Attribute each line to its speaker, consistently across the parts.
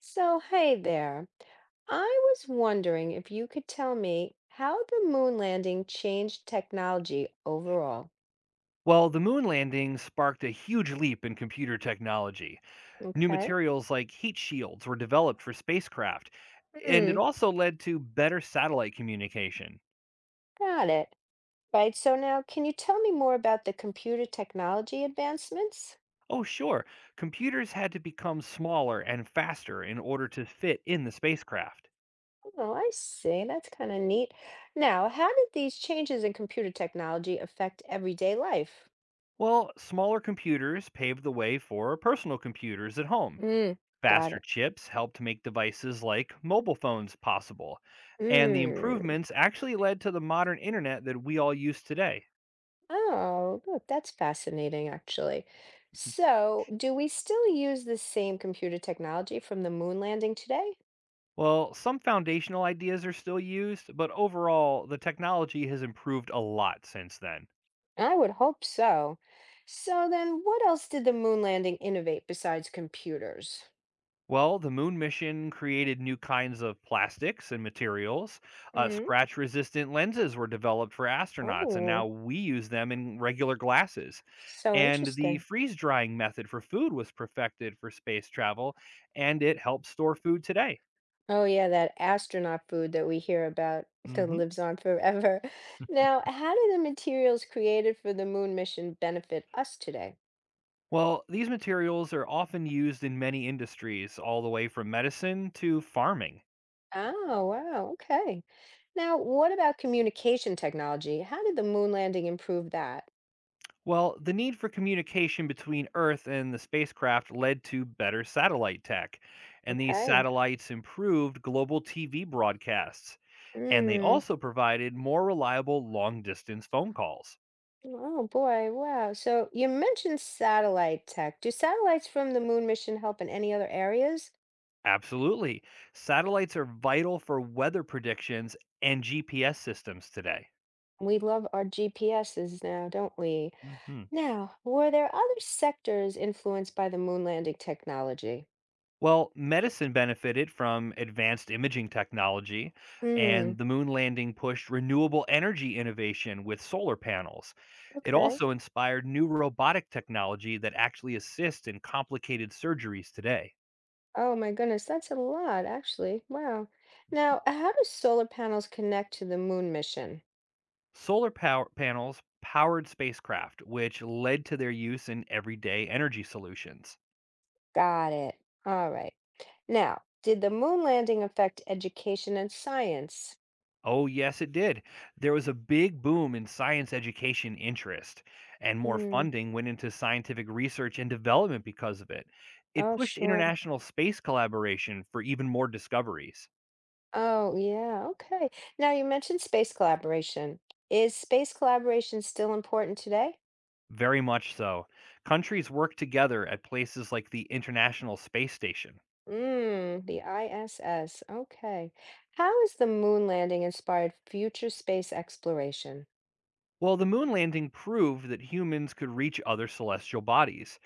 Speaker 1: So, hey there. I was wondering if you could tell me how the moon landing changed technology overall.
Speaker 2: Well, the moon landing sparked a huge leap in computer technology. New
Speaker 1: Okay.
Speaker 2: materials like heat shields were developed for spacecraft, and it
Speaker 1: Hmm,
Speaker 2: also led to better satellite communication.
Speaker 1: got it. Right, so now can you tell me more about the computer technology advancements?
Speaker 2: Oh, sure, computers had to become smaller and faster in order to fit in the spacecraft.
Speaker 1: Oh, I see. That's kind of neat. Now, how did these changes in computer technology affect everyday life?
Speaker 2: Well, smaller computers paved the way for personal computers at home.
Speaker 1: Hmm, got
Speaker 2: Faster
Speaker 1: it.
Speaker 2: chips helped make devices like mobile phones possible. And the
Speaker 1: Hmm.
Speaker 2: improvements actually led to the modern internet that we all use today.
Speaker 1: Oh, look, that's fascinating, actually. So, do we still use the same computer technology from the moon landing today?
Speaker 2: Well, some foundational ideas are still used, but overall, the technology has improved a lot since then.
Speaker 1: I would hope so. So then, what else did the moon landing innovate besides computers?
Speaker 2: Well, the moon mission created new kinds of plastics and materials.
Speaker 1: Mm.
Speaker 2: Scratch resistant lenses were developed for astronauts, and now
Speaker 1: Oh,
Speaker 2: we use them in regular glasses.
Speaker 1: so
Speaker 2: And the
Speaker 1: interesting.
Speaker 2: freeze drying method for food was perfected for space travel, and it helps store food today.
Speaker 1: Oh, yeah, that astronaut food that we hear about that
Speaker 2: Hmm.
Speaker 1: lives on forever. Now, how do the materials created for the moon mission benefit us today?
Speaker 2: Well, these materials are often used in many industries, all the way from medicine to farming.
Speaker 1: Oh, wow, okay. Now, what about communication technology? How did the moon landing improve that?
Speaker 2: Well, the need for communication between Earth and the spacecraft led to better satellite tech, and these
Speaker 1: Okay.
Speaker 2: satellites improved global TV broadcasts, and they
Speaker 1: Mm.
Speaker 2: also provided more reliable long distance phone calls.
Speaker 1: Oh boy, wow. So you mentioned satellite tech. Do satellites from the moon mission help in any other areas?
Speaker 2: Absolutely. Satellites are vital for weather predictions and GPS systems today.
Speaker 1: We love our GPSs now, don't we?
Speaker 2: Mhm.
Speaker 1: Now, were there other sectors influenced by the moon landing technology?
Speaker 2: Well, medicine benefited from advanced imaging technology, and
Speaker 1: Hmm.
Speaker 2: the moon landing pushed renewable energy innovation with solar panels. It
Speaker 1: Okay.
Speaker 2: also inspired new robotic technology that actually assists in complicated surgeries today.
Speaker 1: Oh my goodness, that's a lot, actually. Wow. Now, how do solar panels connect to the moon mission?
Speaker 2: Solar power panels powered spacecraft, which led to their use in everyday energy solutions.
Speaker 1: Got it. All right. Now, did the moon landing affect education and science?
Speaker 2: Oh, yes, it did. There was a big boom in science education interest, and more
Speaker 1: Hmm.
Speaker 2: funding went into scientific research and development because of it. It
Speaker 1: Oh,
Speaker 2: pushed
Speaker 1: sure.
Speaker 2: international space collaboration for even more discoveries.
Speaker 1: Oh, yeah. Okay. Now, you mentioned space collaboration. Is space collaboration still important today?
Speaker 2: Very much so. Countries worked together at places like the International Space Station.
Speaker 1: Mm, the ISS. Okay. How has the moon landing inspired future space exploration?
Speaker 2: Well, the moon landing proved that humans could reach other celestial bodies.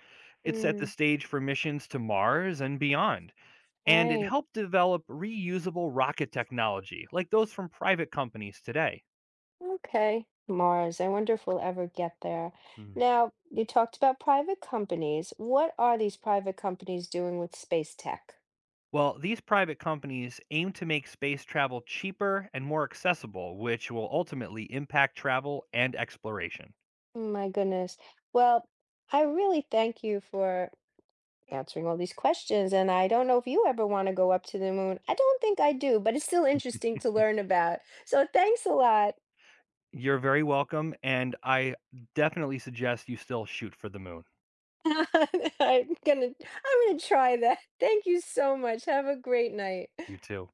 Speaker 2: It set the
Speaker 1: Mm,
Speaker 2: stage for missions to Mars and beyond, and it
Speaker 1: right.
Speaker 2: helped develop reusable rocket technology like those from private companies today.
Speaker 1: Okay, Mars. I wonder if we'll ever get there.
Speaker 2: Mm.
Speaker 1: Now, you talked about private companies. What are these private companies doing with space tech?
Speaker 2: Well, these private companies aim to make space travel cheaper and more accessible, which will ultimately impact travel and exploration.
Speaker 1: My goodness. Well, I really thank you for answering all these questions. And I don't know if you ever want to go up to the moon. I don't think I do, but it's still interesting to learn about. So thanks a lot.
Speaker 2: You're very welcome, and I definitely suggest you still shoot for the moon.
Speaker 1: I'm gonna try that. Thank you so much. Have a great night.
Speaker 2: You too.